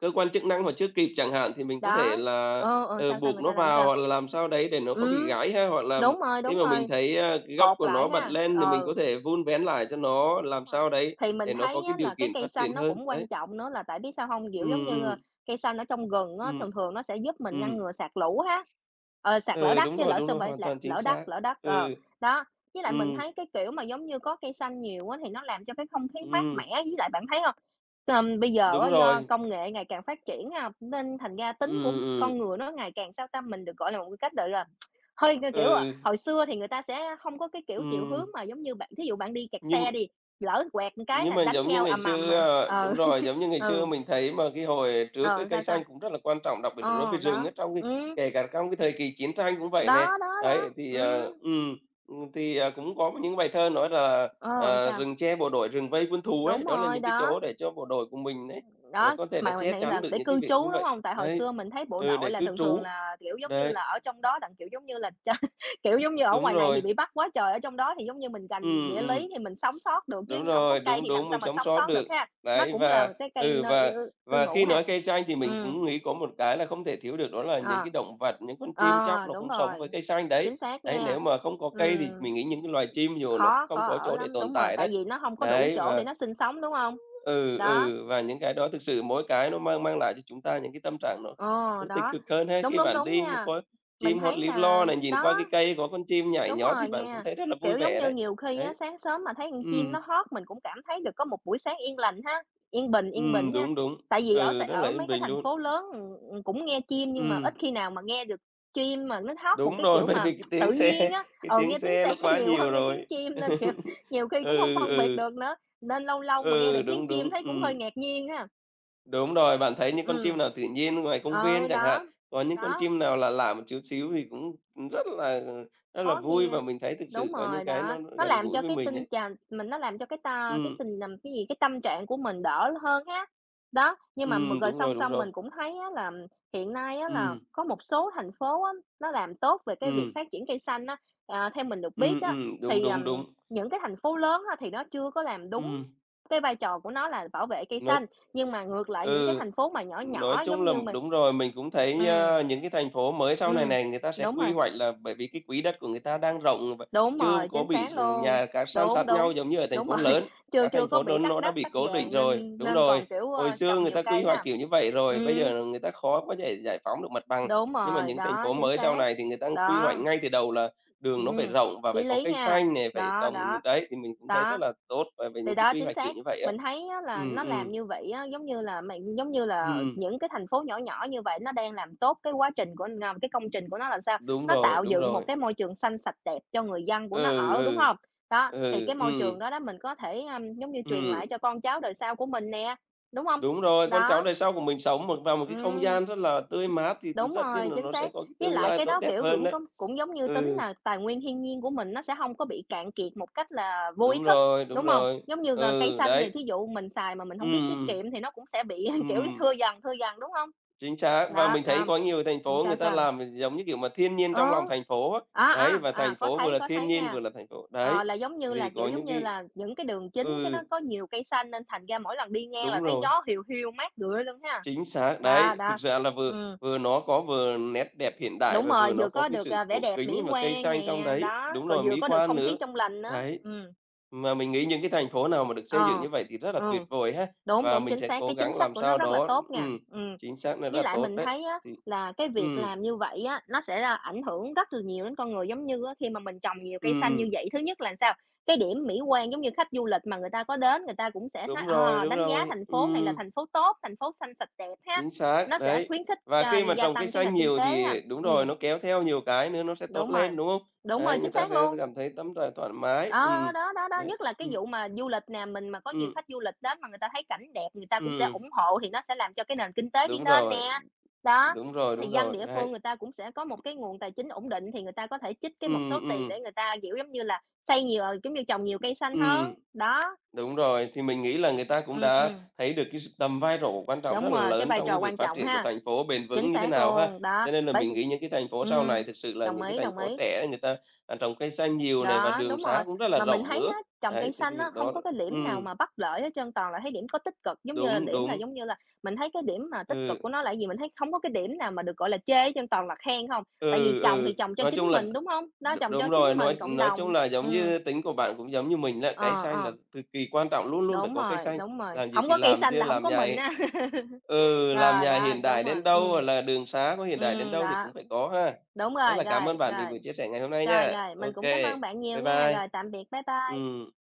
Speaker 1: cơ quan chức năng mà chưa kịp chẳng hạn, thì mình có thể
Speaker 2: đó.
Speaker 1: là,
Speaker 2: Ờ, ờ, sao, sao,
Speaker 1: buộc
Speaker 2: người
Speaker 1: nó
Speaker 2: ta làm
Speaker 1: vào
Speaker 2: sao?
Speaker 1: hoặc là làm sao đấy để nó không bị
Speaker 2: Ừm,
Speaker 1: gãy ha. Hoặc là khi
Speaker 2: đúng
Speaker 1: mà mình
Speaker 2: rồi,
Speaker 1: thấy, cái gốc
Speaker 2: cột
Speaker 1: của
Speaker 2: lại
Speaker 1: nó bật
Speaker 2: ha,
Speaker 1: lên thì mình
Speaker 2: ờ, đúng
Speaker 1: có thể vun vén lại cho nó
Speaker 2: rồi, đúng
Speaker 1: làm
Speaker 2: rồi.
Speaker 1: sao đấy
Speaker 2: Thì
Speaker 1: để
Speaker 2: mình
Speaker 1: nó có
Speaker 2: thấy
Speaker 1: cái
Speaker 2: á
Speaker 1: điều
Speaker 2: là cái
Speaker 1: kiện
Speaker 2: cây
Speaker 1: phát triển
Speaker 2: xanh nó
Speaker 1: hơn.
Speaker 2: cũng
Speaker 1: Đấy,
Speaker 2: quan trọng nữa là tại biết sao không?
Speaker 1: ừ,
Speaker 2: Kiểu, giống như,
Speaker 1: ừ,
Speaker 2: ơ, cây xanh ở trong rừng á,
Speaker 1: ừm.
Speaker 2: thường thường nó sẽ giúp mình ngăn
Speaker 1: Ừm.
Speaker 2: ngừa sạt lũ ha, sạt lở
Speaker 1: Ừ,
Speaker 2: đất chứ lỡ
Speaker 1: đúng
Speaker 2: sao
Speaker 1: rồi,
Speaker 2: phải
Speaker 1: hoàn
Speaker 2: lạc
Speaker 1: toàn chính xác.
Speaker 2: lở đất, ờ,
Speaker 1: Ừ.
Speaker 2: đó. Với lại mình
Speaker 1: Ừm,
Speaker 2: thấy cái kiểu mà, giống như, có cây xanh nhiều á thì nó làm cho cái không khí mát
Speaker 1: ừm,
Speaker 2: mẻ, với lại bạn thấy hông? Bây giờ
Speaker 1: đúng
Speaker 2: á, do
Speaker 1: rồi.
Speaker 2: công nghệ ngày càng phát triển ha, nên thành ra
Speaker 1: Ừ,
Speaker 2: tính của
Speaker 1: ừm,
Speaker 2: con người nó ngày càng sao ta, mình được gọi là một cái cách, gọi là, hơi, cái kiểu, à,
Speaker 1: ừ,
Speaker 2: hồi xưa thì người ta sẽ không có cái, kiểu, chiều hướng
Speaker 1: ừm,
Speaker 2: mà giống như bạn thí dụ bạn đi kẹt
Speaker 1: nhưng.
Speaker 2: xe đi, lỡ quẹt một cái
Speaker 1: Nhưng
Speaker 2: là
Speaker 1: mà
Speaker 2: đánh
Speaker 1: giống như
Speaker 2: nhau
Speaker 1: ngày
Speaker 2: ầm ầm
Speaker 1: xưa
Speaker 2: à.
Speaker 1: ờ,
Speaker 2: Ờ,
Speaker 1: đúng rồi, giống như ngày xưa
Speaker 2: ừ,
Speaker 1: mình thấy mà cái hồi trước cái
Speaker 2: ờ,
Speaker 1: cây
Speaker 2: sao, sao?
Speaker 1: xanh cũng rất là quan trọng, đặc biệt là đối với
Speaker 2: Ờ,
Speaker 1: rừng
Speaker 2: đó,
Speaker 1: á, trong cái
Speaker 2: ừm,
Speaker 1: kể cả trong cái thời kỳ chiến tranh cũng vậy nè.
Speaker 2: đó, đó,
Speaker 1: Đấy,
Speaker 2: đó,
Speaker 1: thì, thì, cũng có những bài thơ nói là,
Speaker 2: ờ, sao?
Speaker 1: "Rừng che bộ đội, rừng vây quân thù" ấy,
Speaker 2: Đúng
Speaker 1: đó là
Speaker 2: rồi,
Speaker 1: những cái
Speaker 2: đó.
Speaker 1: chỗ để cho bộ đội của mình đấy, là
Speaker 2: Đó,
Speaker 1: có thể là
Speaker 2: mà mình
Speaker 1: che
Speaker 2: nghĩ
Speaker 1: chắn
Speaker 2: là
Speaker 1: được
Speaker 2: để
Speaker 1: những cái
Speaker 2: cư
Speaker 1: việc như
Speaker 2: trú, đúng
Speaker 1: vậy.
Speaker 2: hông? Tại hồi
Speaker 1: Đấy,
Speaker 2: xưa mình thấy bộ
Speaker 1: ừ, để
Speaker 2: đội là
Speaker 1: cư
Speaker 2: thường thường
Speaker 1: trú.
Speaker 2: là, kiểu, giống như
Speaker 1: Đấy,
Speaker 2: là, ở trong đó đặng, kiểu, giống như là, kiểu, giống như ở
Speaker 1: đúng
Speaker 2: ngoài này
Speaker 1: rồi.
Speaker 2: thì bị bắt quá trời, ở trong đó thì giống như mình
Speaker 1: Ừ,
Speaker 2: rành địa
Speaker 1: ừm.
Speaker 2: lý thì mình sống sót được, chứ
Speaker 1: Đúng
Speaker 2: hổng có
Speaker 1: rồi,
Speaker 2: cây
Speaker 1: đúng,
Speaker 2: thì làm
Speaker 1: đúng,
Speaker 2: sao
Speaker 1: mình
Speaker 2: mà
Speaker 1: sống
Speaker 2: sống
Speaker 1: sót
Speaker 2: sót được
Speaker 1: được.
Speaker 2: ha? Nó
Speaker 1: Đấy,
Speaker 2: cũng là
Speaker 1: và
Speaker 2: một cái cây
Speaker 1: ừ,
Speaker 2: nơi
Speaker 1: và
Speaker 2: cư ngụ
Speaker 1: khi
Speaker 2: ha?
Speaker 1: nói cây xanh thì mình
Speaker 2: Ừm,
Speaker 1: cũng nghĩ có một cái là không thể thiếu được đó là những
Speaker 2: ờ.
Speaker 1: cái động vật, những con chim chóc
Speaker 2: Ờ,
Speaker 1: nó
Speaker 2: đúng
Speaker 1: cũng sống với
Speaker 2: rồi,
Speaker 1: cây xanh đấy.
Speaker 2: chính xác
Speaker 1: Đấy, nếu
Speaker 2: nha.
Speaker 1: mà không có cây thì
Speaker 2: Ừm,
Speaker 1: mình nghĩ những cái loài chim dù nó cũng
Speaker 2: khó
Speaker 1: không
Speaker 2: khó
Speaker 1: có
Speaker 2: ở
Speaker 1: chỗ để
Speaker 2: lắm,
Speaker 1: tồn
Speaker 2: đúng rồi,
Speaker 1: tại đấy.
Speaker 2: tại vì nó hông có đủ
Speaker 1: Đấy,
Speaker 2: chỗ
Speaker 1: và
Speaker 2: để nó sinh sống, đúng hông?
Speaker 1: Ừ,
Speaker 2: Đó,
Speaker 1: ừ, và những cái đó thực sự mỗi cái nó mang mang lại cho chúng ta những cái tâm trạng nó
Speaker 2: ờ,
Speaker 1: nó tích
Speaker 2: đó,
Speaker 1: cực hơn ha.
Speaker 2: đúng,
Speaker 1: Khi
Speaker 2: đúng,
Speaker 1: bạn
Speaker 2: đúng
Speaker 1: đi nó
Speaker 2: nha.
Speaker 1: có
Speaker 2: Mình
Speaker 1: chim hót
Speaker 2: thấy
Speaker 1: líu lo
Speaker 2: là
Speaker 1: này, nhìn qua cái
Speaker 2: đó,
Speaker 1: cây có con chim nhảy
Speaker 2: đúng
Speaker 1: nhót thì
Speaker 2: rồi
Speaker 1: bạn cũng
Speaker 2: nha.
Speaker 1: thấy rất là vui
Speaker 2: Kiểu, giống
Speaker 1: vẻ
Speaker 2: như,
Speaker 1: đấy.
Speaker 2: nhiều khi á,
Speaker 1: Đấy.
Speaker 2: sáng sớm mà thấy con chim
Speaker 1: Ừm,
Speaker 2: nó hót mình cũng cảm thấy được có một buổi sáng yên lành ha, yên bình ha.
Speaker 1: đúng, đúng.
Speaker 2: Tại vì ở
Speaker 1: Ừ,
Speaker 2: Sài
Speaker 1: rất là
Speaker 2: ở
Speaker 1: yên
Speaker 2: mấy cái
Speaker 1: bình
Speaker 2: thành
Speaker 1: luôn.
Speaker 2: phố lớn, cũng nghe chim nhưng mà ít
Speaker 1: Ừm,
Speaker 2: khi nào mà nghe được chim mà nó hót một
Speaker 1: đúng
Speaker 2: cái
Speaker 1: rồi,
Speaker 2: kiểu
Speaker 1: bởi
Speaker 2: mà
Speaker 1: vì cái tiếng
Speaker 2: tự nhiên
Speaker 1: xe
Speaker 2: á,
Speaker 1: cái
Speaker 2: ờ
Speaker 1: tiếng
Speaker 2: nghe tiếng
Speaker 1: xe
Speaker 2: xe
Speaker 1: nó quá
Speaker 2: nhiều
Speaker 1: nhiều
Speaker 2: hơn nghe tiếng
Speaker 1: rồi.
Speaker 2: chim nên, kiểu, nhiều khi cũng không
Speaker 1: Ừ,
Speaker 2: phân biệt
Speaker 1: ừ,
Speaker 2: được nữa, nên lâu lâu mà nghe được
Speaker 1: ừ,
Speaker 2: tiếng
Speaker 1: đúng,
Speaker 2: chim
Speaker 1: đúng,
Speaker 2: thấy cũng hơi
Speaker 1: ừm.
Speaker 2: ngạc nhiên ha.
Speaker 1: Đúng rồi, bạn thấy những
Speaker 2: Ừm.
Speaker 1: con chim
Speaker 2: Ừ,
Speaker 1: nào tự nhiên ngoài công viên
Speaker 2: Ờ
Speaker 1: chẳng hạn,
Speaker 2: đó,
Speaker 1: có những con
Speaker 2: đó.
Speaker 1: chim nào lạ lạ một chút xíu thì cũng rất là rất là
Speaker 2: Khó
Speaker 1: vui và
Speaker 2: nghe.
Speaker 1: mình thấy thực sự
Speaker 2: Đúng
Speaker 1: có những
Speaker 2: rồi,
Speaker 1: cái
Speaker 2: đó,
Speaker 1: nó
Speaker 2: nó
Speaker 1: gần
Speaker 2: làm
Speaker 1: gũi
Speaker 2: cho
Speaker 1: với
Speaker 2: cái
Speaker 1: mình
Speaker 2: tinh
Speaker 1: đấy.
Speaker 2: tràn mình nó làm cho cái ta cái
Speaker 1: Ừm,
Speaker 2: tình làm cái gì, cái tâm trạng của mình đỡ hơn ha. Đó, nhưng mà rồi
Speaker 1: đúng rồi,
Speaker 2: song
Speaker 1: đúng
Speaker 2: song
Speaker 1: rồi.
Speaker 2: mình cũng thấy á là hiện nay á là
Speaker 1: Ừm,
Speaker 2: có một số thành phố á, nó làm tốt về cái việc
Speaker 1: ừm,
Speaker 2: phát triển cây xanh á. Ờ, theo mình được biết á,
Speaker 1: đúng,
Speaker 2: thì,
Speaker 1: đúng, đúng.
Speaker 2: những cái thành phố lớn á thì nó chưa có làm đúng
Speaker 1: Ừm,
Speaker 2: cái vai trò của nó là bảo vệ cây
Speaker 1: nói
Speaker 2: xanh, nhưng mà ngược lại những cái
Speaker 1: ừ.
Speaker 2: thành phố mà nhỏ
Speaker 1: Nói
Speaker 2: nhỏ
Speaker 1: chung
Speaker 2: giống
Speaker 1: là
Speaker 2: như mình,
Speaker 1: đúng rồi, mình cũng thấy,
Speaker 2: ừm.
Speaker 1: a, những cái thành phố mới sau này
Speaker 2: Ừm,
Speaker 1: này, người ta sẽ
Speaker 2: đúng
Speaker 1: quy
Speaker 2: rồi.
Speaker 1: hoạch là bởi vì cái quỹ đất của người ta đang rộng và
Speaker 2: Đúng
Speaker 1: chưa
Speaker 2: rồi,
Speaker 1: có
Speaker 2: chính
Speaker 1: bị
Speaker 2: xác
Speaker 1: s
Speaker 2: luôn.
Speaker 1: nhà các san
Speaker 2: Đúng,
Speaker 1: sát nhau
Speaker 2: đúng,
Speaker 1: giống như ở thành
Speaker 2: đúng
Speaker 1: phố
Speaker 2: rồi,
Speaker 1: lớn.
Speaker 2: chưa
Speaker 1: Các
Speaker 2: chưa
Speaker 1: thành
Speaker 2: có
Speaker 1: phố
Speaker 2: bị
Speaker 1: lớn
Speaker 2: tắc
Speaker 1: nó đã
Speaker 2: đất,
Speaker 1: bị
Speaker 2: tắc
Speaker 1: cố định
Speaker 2: vàng
Speaker 1: rồi,
Speaker 2: nên
Speaker 1: đúng
Speaker 2: nên
Speaker 1: rồi,
Speaker 2: còn, kiểu,
Speaker 1: hồi
Speaker 2: ơ,
Speaker 1: xưa
Speaker 2: trồng
Speaker 1: người
Speaker 2: nhiều
Speaker 1: ta quy
Speaker 2: cây
Speaker 1: hoạch
Speaker 2: ha.
Speaker 1: kiểu như vậy rồi, bây
Speaker 2: Ừm,
Speaker 1: giờ người ta khó có thể giải phóng được mặt bằng.
Speaker 2: đúng
Speaker 1: Nhưng mà
Speaker 2: rồi,
Speaker 1: những thành
Speaker 2: đó,
Speaker 1: phố
Speaker 2: chính
Speaker 1: mới sau
Speaker 2: xác.
Speaker 1: này thì người ta quy hoạch
Speaker 2: Đó,
Speaker 1: ngay từ đầu là đường nó phải
Speaker 2: ừm,
Speaker 1: rộng và phải
Speaker 2: chí
Speaker 1: có
Speaker 2: lý
Speaker 1: cây
Speaker 2: nha.
Speaker 1: xanh này phải
Speaker 2: Đó, đó,
Speaker 1: trồng đấy, thì mình cũng thấy rất
Speaker 2: đó.
Speaker 1: là tốt về về
Speaker 2: Thì
Speaker 1: những cái
Speaker 2: đó,
Speaker 1: quy
Speaker 2: chính
Speaker 1: hoạch kiểu
Speaker 2: xác.
Speaker 1: như vậy á.
Speaker 2: Mình thấy á là
Speaker 1: Ừm,
Speaker 2: nó làm
Speaker 1: ừm,
Speaker 2: như vậy á, giống như là, mình giống như là
Speaker 1: ừm,
Speaker 2: những cái thành phố nhỏ nhỏ như vậy nó đang làm tốt cái quá trình của cái công trình của nó làm sao?
Speaker 1: đúng
Speaker 2: Nó
Speaker 1: rồi,
Speaker 2: tạo
Speaker 1: đúng
Speaker 2: dựng một
Speaker 1: rồi.
Speaker 2: cái môi trường xanh sạch đẹp cho người dân của nó
Speaker 1: Ừ,
Speaker 2: ở, đúng
Speaker 1: ừ,
Speaker 2: không? Đó, thì
Speaker 1: ừ,
Speaker 2: cái môi trường đó đó mình có thể, giống như, truyền
Speaker 1: ừm,
Speaker 2: lại cho con cháu đời sau của mình nè, đúng không?
Speaker 1: đúng rồi, con cháu
Speaker 2: Đó,
Speaker 1: đời sau của mình sống vào một cái không
Speaker 2: ừm.
Speaker 1: gian rất là tươi mát thì
Speaker 2: Đúng
Speaker 1: tất nhiên
Speaker 2: rồi,
Speaker 1: là
Speaker 2: chính
Speaker 1: nó sẽ
Speaker 2: xác.
Speaker 1: có cái
Speaker 2: Với
Speaker 1: tương
Speaker 2: lại
Speaker 1: lai
Speaker 2: cái
Speaker 1: tốt
Speaker 2: đó,
Speaker 1: đẹp
Speaker 2: kiểu,
Speaker 1: hơn
Speaker 2: cũng
Speaker 1: đấy.
Speaker 2: có cũng giống như tính
Speaker 1: Ừ,
Speaker 2: là tài nguyên thiên nhiên của mình nó sẽ không có bị cạn kiệt một cách là vô ý
Speaker 1: đúng
Speaker 2: thức,
Speaker 1: rồi, đúng
Speaker 2: đúng không?
Speaker 1: rồi.
Speaker 2: Giống như, ờ, cây
Speaker 1: Ừ,
Speaker 2: xanh này,
Speaker 1: đấy,
Speaker 2: thí dụ mình xài mà mình không biết tiết
Speaker 1: ừm,
Speaker 2: kiệm thì nó cũng sẽ bị, kiểu,
Speaker 1: ừm,
Speaker 2: thưa dần, đúng không?
Speaker 1: chính xác. Và
Speaker 2: Đó,
Speaker 1: mình thấy
Speaker 2: đó.
Speaker 1: có nhiều thành phố người
Speaker 2: Sao,
Speaker 1: ta
Speaker 2: sao?
Speaker 1: làm giống như kiểu mà thiên nhiên
Speaker 2: Ờ.
Speaker 1: trong lòng thành phố á.
Speaker 2: À,
Speaker 1: Đấy,
Speaker 2: à,
Speaker 1: và thành
Speaker 2: à,
Speaker 1: phố vừa là
Speaker 2: có
Speaker 1: thiên
Speaker 2: thấy
Speaker 1: nhiên
Speaker 2: nha.
Speaker 1: vừa là thành phố. Đấy,
Speaker 2: Ờ, là giống như
Speaker 1: thì
Speaker 2: là,
Speaker 1: có
Speaker 2: kiểu, giống
Speaker 1: những
Speaker 2: như
Speaker 1: cái
Speaker 2: là, những cái đường chính cái
Speaker 1: ừ,
Speaker 2: nó có nhiều cây xanh nên thành ra mỗi lần đi ngang là
Speaker 1: đúng
Speaker 2: thấy
Speaker 1: rồi.
Speaker 2: gió hiu hiu mát rượi luôn ha.
Speaker 1: Chính xác,
Speaker 2: Đó,
Speaker 1: đấy. Thực
Speaker 2: đó.
Speaker 1: ra là vừa
Speaker 2: Ừ
Speaker 1: vừa nó có vừa nét đẹp hiện đại
Speaker 2: Đúng
Speaker 1: và vừa
Speaker 2: rồi,
Speaker 1: nó
Speaker 2: vừa
Speaker 1: có
Speaker 2: có
Speaker 1: cái
Speaker 2: được,
Speaker 1: sự
Speaker 2: à, vẻ
Speaker 1: cổ
Speaker 2: đẹp mỹ
Speaker 1: kính và cây
Speaker 2: quan
Speaker 1: xanh trong
Speaker 2: nè,
Speaker 1: đấy.
Speaker 2: đó,
Speaker 1: Đúng
Speaker 2: rồi
Speaker 1: rồi,
Speaker 2: vừa
Speaker 1: mỹ
Speaker 2: có được
Speaker 1: quan
Speaker 2: không khí
Speaker 1: nữa.
Speaker 2: trong lành nữa.
Speaker 1: Đấy. Mà mình nghĩ những cái thành phố nào mà được xây dựng
Speaker 2: Ờ,
Speaker 1: như vậy thì rất là tuyệt
Speaker 2: ừ,
Speaker 1: vời ha,
Speaker 2: đúng,
Speaker 1: và
Speaker 2: đúng,
Speaker 1: mình
Speaker 2: chính
Speaker 1: sẽ
Speaker 2: xác,
Speaker 1: cố
Speaker 2: cái chính
Speaker 1: gắng
Speaker 2: sách
Speaker 1: làm
Speaker 2: của nó
Speaker 1: sao
Speaker 2: rất là
Speaker 1: đó
Speaker 2: tốt nha.
Speaker 1: chính xác là
Speaker 2: Với
Speaker 1: rất là
Speaker 2: lại
Speaker 1: tốt
Speaker 2: mình
Speaker 1: đấy.
Speaker 2: thấy á
Speaker 1: Thì
Speaker 2: là cái việc
Speaker 1: ừm,
Speaker 2: làm như vậy á, nó sẽ là ảnh hưởng rất là nhiều đến con người. Giống như á, khi mà mình trồng nhiều cây xanh
Speaker 1: ừm,
Speaker 2: như vậy, thứ nhất là sao? Cái điểm mỹ quan giống như khách du lịch mà người ta có đến, người ta cũng sẽ nói,
Speaker 1: đúng rồi,
Speaker 2: ờ,
Speaker 1: đúng
Speaker 2: đánh giá
Speaker 1: rồi,
Speaker 2: thành phố này là
Speaker 1: ừm.
Speaker 2: thành phố tốt, thành phố xanh sạch đẹp ha.
Speaker 1: Chính xác,
Speaker 2: Nó sẽ
Speaker 1: đấy.
Speaker 2: khuyến khích,
Speaker 1: Và
Speaker 2: ờ,
Speaker 1: khi mà
Speaker 2: gia
Speaker 1: trồng cây
Speaker 2: tăng cái
Speaker 1: xanh
Speaker 2: nền kinh
Speaker 1: nhiều
Speaker 2: tế ha.
Speaker 1: thì đúng
Speaker 2: Ừ
Speaker 1: rồi, nó kéo theo nhiều cái nữa nó sẽ tốt
Speaker 2: đúng rồi,
Speaker 1: lên, đúng không?
Speaker 2: đúng rồi,
Speaker 1: Đấy, người
Speaker 2: chính
Speaker 1: ta
Speaker 2: xác
Speaker 1: sẽ
Speaker 2: luôn.
Speaker 1: cảm thấy tâm trạng thoải mái.
Speaker 2: Đó,
Speaker 1: Đấy,
Speaker 2: nhất là cái vụ mà du lịch nè, mình mà có nhiều
Speaker 1: ừm,
Speaker 2: khách du lịch đến mà người ta thấy cảnh đẹp người ta cũng sẽ
Speaker 1: ừm,
Speaker 2: ủng hộ thì nó sẽ làm cho cái nền kinh tế đi
Speaker 1: đúng
Speaker 2: lên
Speaker 1: rồi,
Speaker 2: nè. Đó,
Speaker 1: đúng rồi,
Speaker 2: thì
Speaker 1: đúng
Speaker 2: dân
Speaker 1: rồi,
Speaker 2: địa phương
Speaker 1: đấy.
Speaker 2: người ta cũng sẽ có một cái nguồn tài chính ổn định thì người ta có thể trích cái một số
Speaker 1: Ừm,
Speaker 2: tiền
Speaker 1: ừm,
Speaker 2: để người ta, kiểu, giống như là, xây nhiều, ờ, giống như trồng nhiều cây xanh
Speaker 1: ừm.
Speaker 2: hơn. Đó,
Speaker 1: Đúng rồi, thì mình nghĩ là người ta cũng
Speaker 2: ừm,
Speaker 1: đã
Speaker 2: ừm,
Speaker 1: thấy được cái s tầm vai trò quan trọng rất
Speaker 2: đúng
Speaker 1: là
Speaker 2: rồi, cái
Speaker 1: lớn
Speaker 2: vai
Speaker 1: trong
Speaker 2: trò
Speaker 1: cái việc
Speaker 2: quan
Speaker 1: phát
Speaker 2: trọng
Speaker 1: triển của
Speaker 2: ha,
Speaker 1: thành phố bền
Speaker 2: chính
Speaker 1: vững như thế
Speaker 2: xác
Speaker 1: nào ha.
Speaker 2: luôn, đó,
Speaker 1: Cho nên là
Speaker 2: bởi
Speaker 1: mình
Speaker 2: vì
Speaker 1: nghĩ những cái thành phố sau này
Speaker 2: ừm,
Speaker 1: thực sự là
Speaker 2: đồng
Speaker 1: những cái
Speaker 2: ý,
Speaker 1: thành
Speaker 2: đồng
Speaker 1: phố
Speaker 2: ý.
Speaker 1: trẻ người ta, à, trồng cây xanh nhiều này và
Speaker 2: Đó,
Speaker 1: đường
Speaker 2: đúng
Speaker 1: xá
Speaker 2: rồi.
Speaker 1: cũng rất là
Speaker 2: Mà mình
Speaker 1: rộng
Speaker 2: thấy
Speaker 1: nữa.
Speaker 2: á, trồng
Speaker 1: Đấy,
Speaker 2: cây
Speaker 1: thì cái
Speaker 2: xanh á,
Speaker 1: việc
Speaker 2: không
Speaker 1: đó
Speaker 2: có cái điểm nào
Speaker 1: ừm,
Speaker 2: mà bất lợi hết trơn, toàn là thấy điểm có tích cực. Giống như là
Speaker 1: đúng,
Speaker 2: điểm là
Speaker 1: đúng,
Speaker 2: giống như là mình thấy cái điểm mà tích cực
Speaker 1: ừ.
Speaker 2: của nó là cái gì? Mình thấy không có cái điểm nào mà được gọi là chê hết trơn, toàn là khen không. Tại vì
Speaker 1: Ừ,
Speaker 2: trồng
Speaker 1: ừ,
Speaker 2: thì trồng cho
Speaker 1: nói
Speaker 2: chính
Speaker 1: chung là
Speaker 2: mình, đúng không? Đó,
Speaker 1: đ
Speaker 2: trồng cho
Speaker 1: đúng
Speaker 2: chính
Speaker 1: rồi,
Speaker 2: mình, cộng
Speaker 1: nói chung
Speaker 2: đồng.
Speaker 1: là giống như tính của bạn cũng giống như mình là cái
Speaker 2: Ờ,
Speaker 1: xanh là
Speaker 2: ờ,
Speaker 1: cực kỳ quan trọng, luôn luôn phải
Speaker 2: đúng
Speaker 1: có cây
Speaker 2: rồi,
Speaker 1: xanh,
Speaker 2: đúng rồi.
Speaker 1: làm gì
Speaker 2: Không
Speaker 1: thì
Speaker 2: có cây
Speaker 1: làm
Speaker 2: xanh
Speaker 1: chứ
Speaker 2: là không
Speaker 1: làm
Speaker 2: có
Speaker 1: nhà
Speaker 2: mình
Speaker 1: hiện
Speaker 2: á.
Speaker 1: ừ, làm
Speaker 2: Đó,
Speaker 1: nhà hiện đại đến đâu hoặc là đường xá có hiện đại đến đâu thì
Speaker 2: Đó,
Speaker 1: cũng phải có ha.
Speaker 2: đúng
Speaker 1: Rất
Speaker 2: rồi,
Speaker 1: là cảm ơn
Speaker 2: rồi,
Speaker 1: bạn vì
Speaker 2: rồi,
Speaker 1: buổi chia sẻ ngày hôm nay
Speaker 2: rồi,
Speaker 1: nha.
Speaker 2: rồi. Mình
Speaker 1: Ok
Speaker 2: cũng cảm ơn
Speaker 1: kê,
Speaker 2: bạn nhiều
Speaker 1: bye
Speaker 2: nghe.
Speaker 1: bye.
Speaker 2: Rồi, tạm biệt, bye bye.
Speaker 1: Ừm.